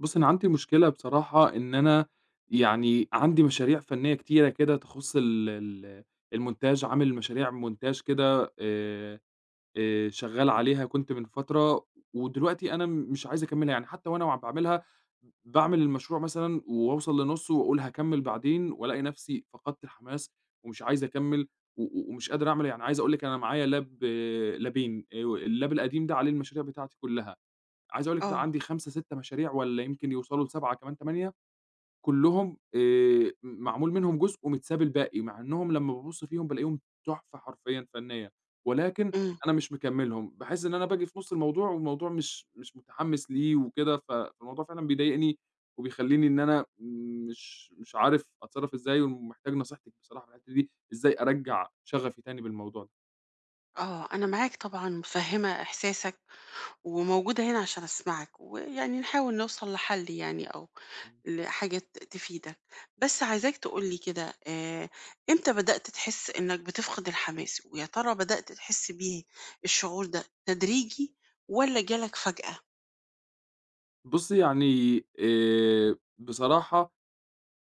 بُصّي، أنا عندي مشكلة بصراحة إن أنا يعني عندي مشاريع فنية كتيرة كده تخُص ال الmontage، عامل مشاريع montage كده شغّال عليها كنت من فترة، ودلوقتي أنا مش عايز أكمّلها، يعني حتّى وأنا وعم باعملها، باعمل المشروع مثلًا وأوصل لنُصّه وأقول هاكمّل بعدين وألاقي نَفْسي فقدت الحماس ومش عايز أكمّل، و و ومش قادر أعمل، يعني عايز أقول لِك أنا معايا lab، لابين، اللاب القديم ده عليه المشاريع بتاعتي كُلّها. عايز أقول لِك بتاع آه، عندي 5، 6 مشاريع والّا يمكن يوصلوا ل7 كمان 8، كلّهم معمول منهم جزء ومتساب الباقي، مع إنّهم لمّا بابُص فيهم بالاقيهم تحفة حرفيًا فنيّة، ولكن إمم، أنا مش مكمّلهم، باحس إن أنا باجي في نُص الموضوع والموضوع مش متحمّس ليه وكده، فالموضوع فعلًا بيضايقني وبيخلّيني إن أنا مش عارف أتصرّف إزاي، ومحتاج نصيحتِك بصراحة في الحتّة دي، إزاي أرجّع شغفي تاني بالموضوع ده؟ آه، أنا معاك طبعًا متفهّمة إحساسك، وموجودة هنا عشان أسمعك، ويعني نحاول نوصل لحل يعني أو لحاجة تفيدك، بس عايزاك تقول لي كده إمتى بدأت تحس إنك بتفقد الحماس؟ ويا ترى بدأت تحس بيه الشعور ده تدريجي والّا جه لك فجأة؟ بُصّي يعني بصراحة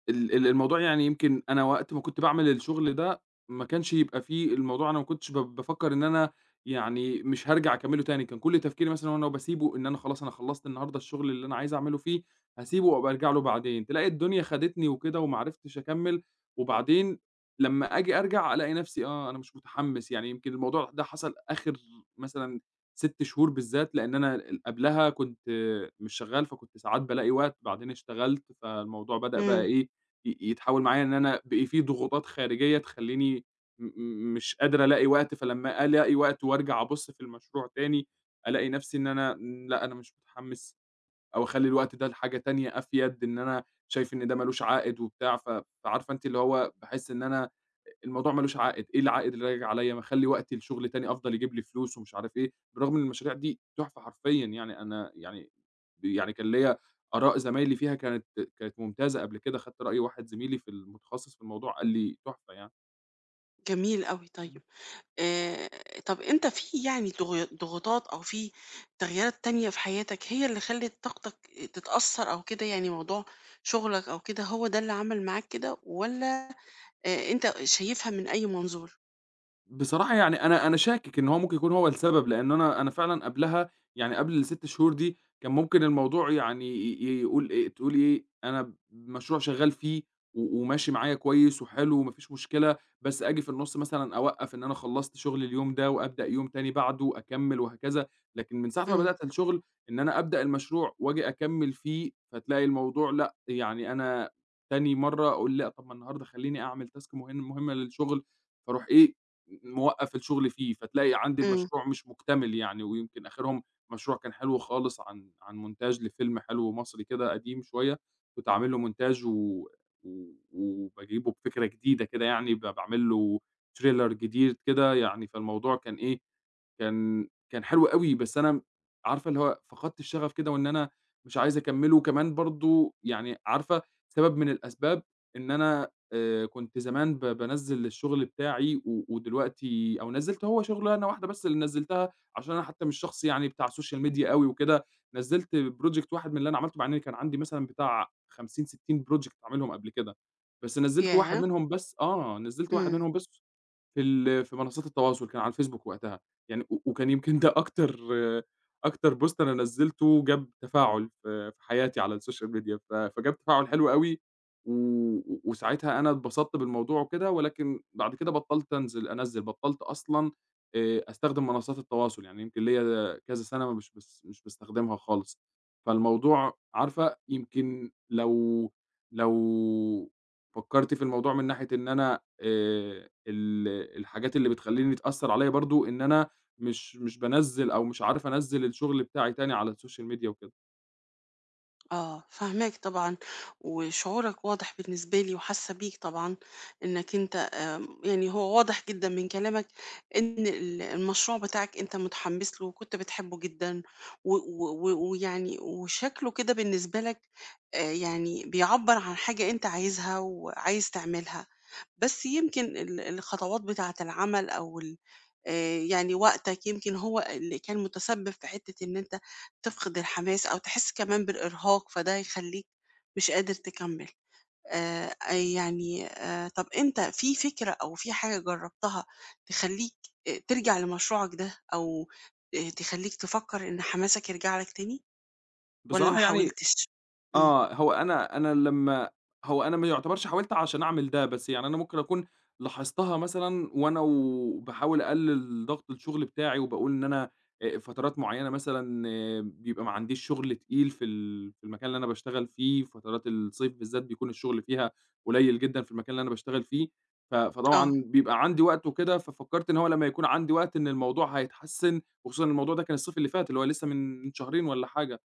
ال الموضوع يعني يمكن أنا وقت ما كنت باعمل الشغل ده، ما كانش يبقى في الموضوع، أنا ما كنتش بافكّر إن أنا يعني مش هارجع أكمّله تاني، كان كل تفكيري مثلًا وأنا وباسيبه إن أنا خلاص، أنا خلّصت النهارده الشغل اللي أنا عايز أعمله فيه، هاسيبه وأبقى أرجع له بعدين، تلاقي الدنيا خدتني وكده وما عرفتش أكمّل، وبعدين لمّا آجي أرجع ألاقي نفسي آه، أنا مش متحمّس، يعني يمكن الموضوع ده حصل آخر مثلًا 6 شهور بالذات، لإن أنا ال قبلها كنت مش شغّال، فكنت ساعات بالاقي وقت، بعدين اشتغلت، فالموضوع بدأ بقى إمم، إيه، يتحوّل معايا إن أنا بقي في ضغوطات خارجية تخلّيني م م مش قادر ألاقي وقت، فلمّا ألاقي وقت وأرجع أبُص في المشروع تاني، ألاقي نَفْسي إن أنا لأ أنا مش متحمِّس، أو أخلّي الوقت ده لحاجة تانية أفيد، إن أنا شايف إن ده ما لوش عائد وبتاع، فعارفة أنتِ اللي هو باحس إن أنا الموضوع ما لوش عائد، إيه العائد اللي راجع عليَّ؟ ما أخلّي وقتي لشغل تاني أفضل يجيب لي فلوس ومش عارف إيه، بالرغم إن المشاريع دي تحفة حرفيًا يعني، أنا يعني يعني كان ليّا آراء زمايلي فيها، كانت ممتازة قبل كده، خدت رأي واحد زميلي في المتخصص في الموضوع قال لي تحفة يعني. جميل أوي إمم. طيب. آآ، طَب أنت في يعني ضغوطات أو في تغييرات تانية في حياتك هي اللي خلّت طاقتك تتأثّر أو كده، يعني موضوع شغلك أو كده هو ده اللي عمل معاك كده والّا أنت شايفها من أي منظور؟ بصراحة يعني أنا شاكك إن هو ممكن يكون هو السبب، لإن أنا فعلًا قبلها، يعني قبل ال6 شهور دي كان ممكن الموضوع يعني يقول إيه تقول إيه، أنا مشروع شغّال فيه وماشي معايا كويس وحلو وما فيش مشكلة، بس آجي في النُص مثلًا أوقّف إن أنا خلّصت شغل اليوم ده وأبدأ يوم تاني بعده أكمّل وهكذا، لكن من ساعة ما إمم، بدأت الشغل إن أنا أبدأ المشروع وآجي أكمّل فيه، فتلاقي الموضوع لأ، يعني أنا تاني مرّة أقول لأ، طَب ما النهارده خلّيني أعمل task مهمة للشغل، فاروح إيه، موقّف الشغل فيه، فتلاقي عندي إمم، المشروع مش مكتمل يعني، ويمكن آخرهم مشروع كان حلو خالص عن مونتاج لفيلم حلو مصري كده قديم شوية، كنت عامل له مونتاج و و وباجيبه بفكرة جديدة كده يعني، باعمل له trailer جديد كده يعني، فالموضوع كان إيه، كان حلو أوي، بس أنا عارفة اللي هو فقدت الشغف كده وإن أنا مش عايز أكمّله، وكمان برضه يعني عارفة سبب من الأسباب إن أنا كنت زمان بانزّل الشغل بتاعي و ودلوقتي أو نزّلت، هو شغلانة واحدة بس اللي نزّلتها عشان أنا حتى مش شخص يعني بتاع social media أوي وكده، نزّلت project واحد من اللي أنا عملته، مع إن كان عندي مثلًا بتاع 50، 60 project عاملهم قبل كده، بس نزّلت واحد ياه! منهم بس، آه، نزّلت واحد إمم. منهم بس في ال في منصات التواصل، كان على الفيسبوك وقتها، يعني وكان يمكن ده أكتر، بوست أنا نزّلته جاب تفاعل في في حياتي على السوشيال ميديا، فجاب تفاعل حلو أوي، و و وساعتها أنا اتبسطت بالموضوع وكده، ولكن بعد كده بطّلت أنزل أنزّل، بطّلت أصلًا أستخدم منصات التواصل، يعني يمكن ليّا كذا سَنة مش بس مش باستخدمها خالص، فالموضوع عارفة يمكن لو لو فكّرتِ في الموضوع من ناحية إن أنا ال الحاجات اللي بتخلّيني تأثّر عليّا برضه إن أنا مش بانزّل أو مش عارف أنزّل الشغل بتاعي تاني على السوشيال ميديا وكده. آه، فاهماك طبعًا، وشعورك واضح بالنسبة لي وحاسة بيك طبعًا، إنك أنت يعني هو واضح جدًا من كلامك إن المشروع بتاعك أنت متحمس له وكنت بتحبه جدًا، و و و ويعني وشكله كده بالنسبة لك يعني بيعبّر عن حاجة أنت عايزها وعايز تعملها، بس يمكن الخطوات بتاعة العمل أو ال يعني وقتك يمكن هو اللي كان متسبب في حتّة إن أنت تفقد الحماس أو تحس كمان بالإرهاق، فده هيخلّيك مش قادر تكمّل. طَب أنت في فكرة أو في حاجة جرّبتها تخلّيك ترجع لمشروعك ده أو تخلّيك تفكّر إن حماسك يرجع لك تاني والّا ما بصراحة يعني حاولتش؟ إمم. آه، هو أنا لمّا، هو أنا ما يُعتبرش حاولت عشان أعمل ده، بس يعني أنا ممكن أكون لاحظتها مثلًا وأنا وباحاول أقلل ضغط الشغل بتاعي، وباقول إن أنا فترات معيّنة مثلًا آه، بيبقى ما عنديش شغل تقيل في ال في المكان اللي أنا باشتغل فيه، فترات الصيف بالذات بيكون الشغل فيها قليل جدًا في المكان اللي أنا باشتغل فيه، آه. فطبعًا بيبقى عندي وقت وكده، ففكرت إن هو لمّا يكون عندي وقت إن الموضوع هيتحسن، وخصوصًا الموضوع ده كان الصيف اللي فات، اللي هو لسه من شهرين والّا حاجة.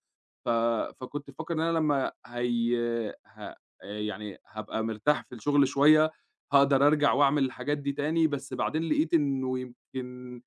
ف فكنت فاكر إن أنا لمّا هي ه يعني هابقى مرتاح في الشغل شوية، هاقدر أرجع وأعمل الحاجات دي تاني، بس بعدين لقيت إنه يمكن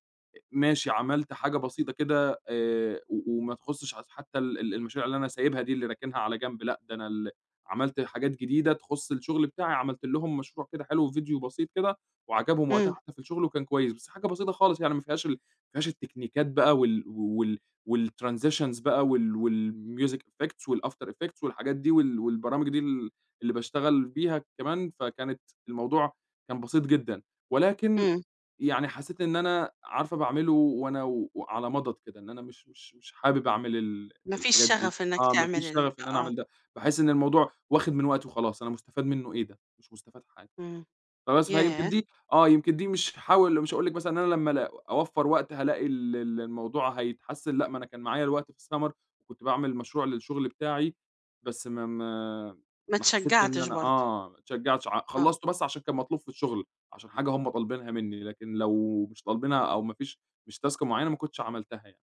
ماشي، عملت حاجة بسيطة كده وما تخُصّش عس حتى ال المشاريع اللي أنا سايبها دي اللي راكنها على جنب، لأ ده أنا ال عملت حاجات جديدة تخُص الشغل بتاعي، عملت لهم مشروع كده حلو، فيديو بسيط كده، وعجبهم وقتها إمم، حتى في الشغل وكان كويس، بس حاجة بسيطة خالص يعني ما فيهاش ال، ما فيهاش التكنيكات بقى وال وال والtransitions بقى والmusic effects والafter effects والحاجات دي والبرامج دي ال، اللي باشتغل بيها كمان، فكانت، الموضوع كان بسيط جدًا، ولكن إمم. يعني حسّيت إن أنا عارفة باعمله وأنا وعلى مضض كده، إن أنا مش حابب أعمل ال ما فيش الحاجات دي، شغف إنّك آه، ما تعمل فيش ال شغف إن أنا آه. أعمل ده، باحس إن الموضوع واخد من وقتي وخلاص، أنا مستفاد منه إيه ده؟ مش مستفاد حاجة. إمم. فبس فيمكن ياه! دي آه، يمكن دي مش هاحاول، مش هاقول لِك مثلًا إن أنا لمّا ال أوفّر وقت، هالاقي ال الموضوع هيتحسن، لأ، ما أنا كان معايا الوقت في الsummer وكنت باعمل مشروع للشغل بتاعي، بس ما ما حسيتش إن اتشجّعتش أنا برضه. آه، ما اتشجعتش، ع آه. خلّصته بس عشان كان مطلوب في الشغل، عشان حاجة هم طالبينها مني، لكن لو مش طالبينها أو ما فيش، مش task معيّنة، ما كنتش عملتها يعني.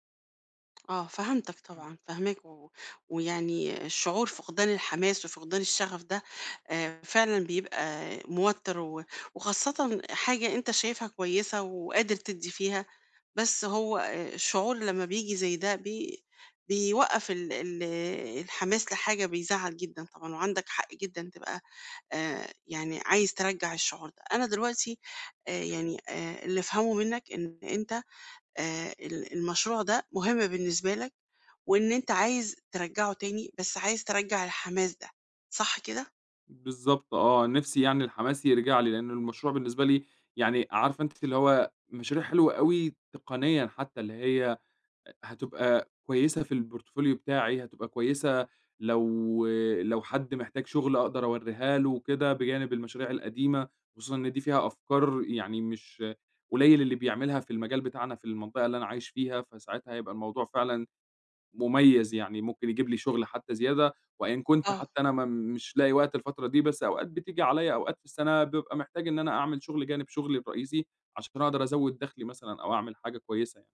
آه، فهمتك طبعًا، فاهماك ويعني شعور فقدان الحماس وفقدان الشغف ده فعلًا بيبقى موتّر وخاصةً حاجة أنت شايفها كويسة وقادر تدّي فيها، بس هو الشعور لمّا بييجي زي ده بيوقّف ال ال الحماس لحاجة بيزعّل جدًا طبعًا وعندك حق جدًا تبقى يعني عايز ترجّع الشعور ده. أنا دلوقتي اللي أفهمه منّك إن أنت ال المشروع ده مهم بالنسبة لك، وإن أنت عايز ترجّعه تاني، بس عايز ترجّع الحماس ده، صح كده؟ بالضبط آه، نِفْسي يعني الحماس يرجع لي، لإن المشروع بالنسبة لي يعني عارفة أنتِ اللي هو مشاريع حلوة أوي تقنيًا، حتى اللي هي هتبقى كويسة في الportfolio بتاعي، هتبقى كويسة لو لو حد محتاج شغل أقدر أورّيها له وكده، بجانب المشاريع القديمة، خصوصًا إن دي فيها أفكار يعني مش قليل اللي بيعملها في المجال بتاعنا في المنطقة اللي أنا عايش فيها، فساعتها هيبقى الموضوع فعلًا مميز، يعني ممكن يجيب لي شغل حتى زيادة، وإن كنت آه. حتى أنا ما مش لاقي وقت الفترة دي، بس أوقات بتيجي عليَّ أوقات في السنة بابقى محتاج إن أنا أعمل شغل جانب شغلي الرئيسي، عشان أقدر أزوّد دخلي مثلًا أو أعمل حاجة كويسة يعني.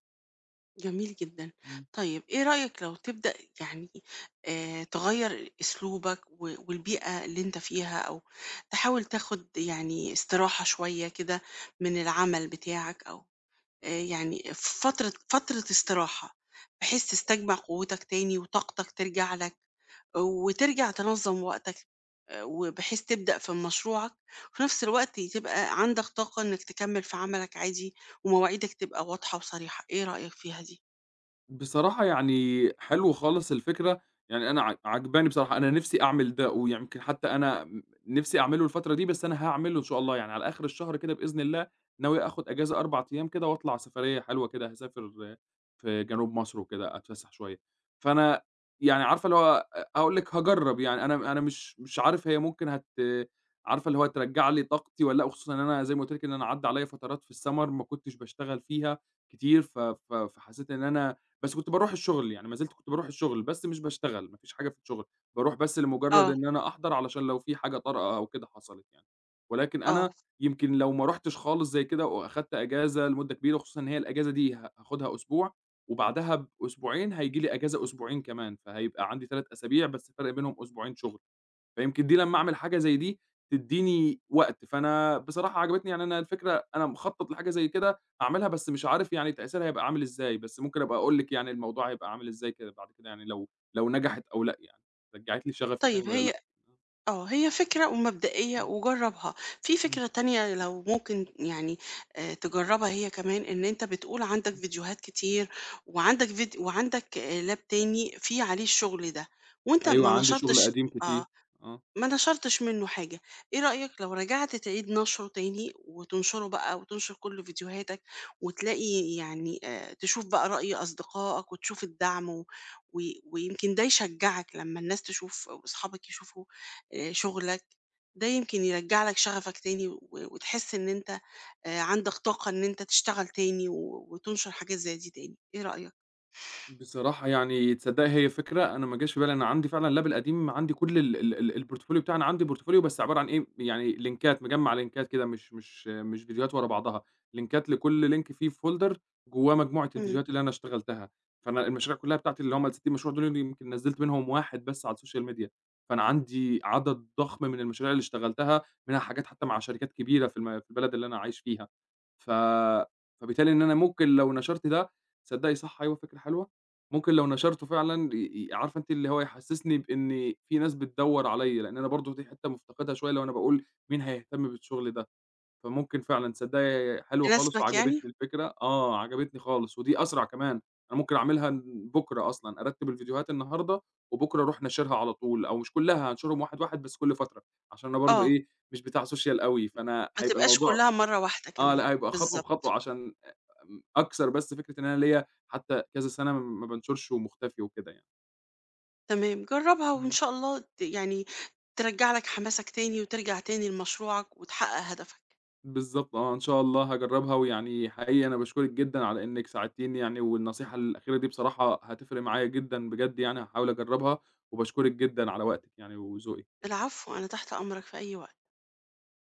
جميل جدًا. إمم. طيب إيه رأيك لو تبدأ يعني تغيّر أسلوبك والبيئة اللي أنت فيها، أو تحاول تاخد يعني استراحة شوية كده من العمل بتاعك أو يعني في فترة استراحة، بحيث تستجمع قوتك تاني وطاقتك ترجع لك، وترجع تنظّم وقتك، وبحيث تبدأ في مشروعك، وفي نفس الوقت تبقى عندك طاقة إنك تكمّل في عملك عادي، ومواعيدك تبقى واضحة وصريحة، إيه رأيك فيها دي؟ بصراحة يعني حلو خالص الفكرة، يعني أنا عاجباني بصراحة، أنا نِفْسي أعمل ده، ويمكن حتى أنا نِفْسي أعمله الفترة دي، بس أنا هاعمله إن شاء الله، يعني على آخر الشهر كده بإذن الله ناوي آخُد أجازة 4 أيام كده وأطلع سفرية حلوة كده، هاسافر في جنوب مصر وكده، أتفسّح شوية، فأنا يعني عارفة اللي هو أقول لِك هاجرّب يعني، أنا مش عارف هي ممكن عارفة اللي هو ترجّع لي طاقتي والّا لأ، وخصوصًا إن أنا زي ما قُلت لِك إن أنا عدّى عليّا فترات في السَمَر ما كنتش باشتغل فيها كتير، ف ف فحسّيت إن أنا بس كنت باروح الشغل، يعني ما زلت كنت باروح الشغل، بس مش باشتغل، ما فيش حاجة في الشغل، باروح بس لمجرد آه، إن أنا أحضر علشان لو في حاجة طارئة أو كده حصلت يعني. ولكن آه، أنا يمكن لو ما رُحتش خالص زي كده وأخدت أجازة لمدة كبيرة، خصوصًا إن هي الأجازة دي هاخدها أسبوع، وبعدها بأسبوعين هييجي لي أجازة أسبوعين كمان، فهيبقى عندي 3 أسابيع بس، فارق بينهم أسبوعين شغل. فيمكن دي لمّا أعمل حاجة زي دي تدّيني وقت، فأنا بصراحة عجبتني، يعني أنا الفكرة أنا مخطط لحاجة زي كده هاعملها، بس مش عارف يعني تأثيرها هيبقى عامل إزاي، بس ممكن أبقى أقول لِك يعني الموضوع هيبقى عامل إزاي كده بعد كده، يعني لو نجحت أو لأ يعني، رجّعت لي شغفي تاني طيب والّا هي لأ. آه، هي فكرة ومبدئية إمم، وجرّبها، في إمم، فكرة تانية لو ممكن يعني تجرّبها هي كمان، إن أنت بتقول عندك إمم. فيديوهات كتير وعندك lap تاني فيه عليه الشغل ده وأنت أيوه ما عندي شغل نشرتش قديم آه. كتير، آه. ما نشرتش منه حاجة، إيه رأيك لو رجعت تعيد نشره تاني وتنشره بقى وتنشر كل فيديوهاتك وتلاقي يعني تشوف بقى رأي أصدقائك وتشوف الدعم و و ويمكن ده يشجعك لمّا الناس تشوف وأصحابك يشوفوا شغلك، ده يمكن يرجّع لك شغفك تاني وتحس إن أنت عندك طاقة إن أنت تشتغل تاني وتنشر حاجات زي دي تاني، إيه رأيك؟ بصراحة يعني تصدّقي، هي فكرة أنا ما جاش في بالي، أنا عندي فعلًا lab القديم، عندي كل ال الportfolio بتاعي، أنا عندي portfolio بس عبارة عن إيه، يعني لينكات، مجمّع لينكات كده مش فيديوهات ورا بعضها، لينكات لكل لينك فيه folder جوّاه مجموعة إمم. إمم. الفيديوهات اللي أنا اشتغلتها، فأنا المشاريع كلّها بتاعتي اللي هم ال60 مشروع دول، يمكن نزّلت منهم واحد بس على السوشيال ميديا، فأنا عندي عدد ضخم من المشاريع اللي اشتغلتها، منها حاجات حتى مع شركات كبيرة في في البلد اللي أنا عايش فيها، ف فبالتالي إن أنا ممكن لو نشرت ده، تصدّقي صح أيوه، فكرة حلوة. ممكن لو نشرته فعلًا ي ي عارفة أنتِ اللي هو يحسسني بإن في ناس بتدوّر عليَّ، لإن أنا برضه دي حتة مفتقدها شوية اللي هو أنا باقول مين هيهتم بالشغل ده؟ فممكن فعلًا تصدقي حلوة خالص تناسبك يعني؟ وعجبتني الفكرة، آه عجبتني خالص، ودي أسرع كمان، أنا ممكن أعملها بُكرة أصلًا، أرتّب الفيديوهات النهارده وبُكرة أروح ناشرها على طول، أو مش كلّها، هانشرهم واحد، واحد بس كل فترة، عشان أنا برضه آه، إيه مش بتاع social أوي، فأنا ما هيبقى تبقاش الموضوع كلّها مرّة واحدة آه كمان، لأ هيبقى خطوة بالضبط، بخطوة عشان أكسر بس فكرة إن أنا ليّا حتى كذا سَنة ما بانشرش ومختفي وكده يعني. تمام، جرّبها وإن إمم. شاء الله يعني ترجّع لك حماسك تاني وترجع تاني لمشروعك وتحقق هدفك. بالضبط آه، إن شاء الله هاجرّبها، ويعني حقيقي أنا باشكرِك جدًا على إنِّك ساعدتيني يعني، والنصيحة الأخيرة دي بصراحة هتفرق معايا جدًا بجد يعني، هاحاول أجرّبها، وباشكرِك جدًا على وقتِك يعني وذوقِك. العفو، أنا تحت أمرك في أي وقت.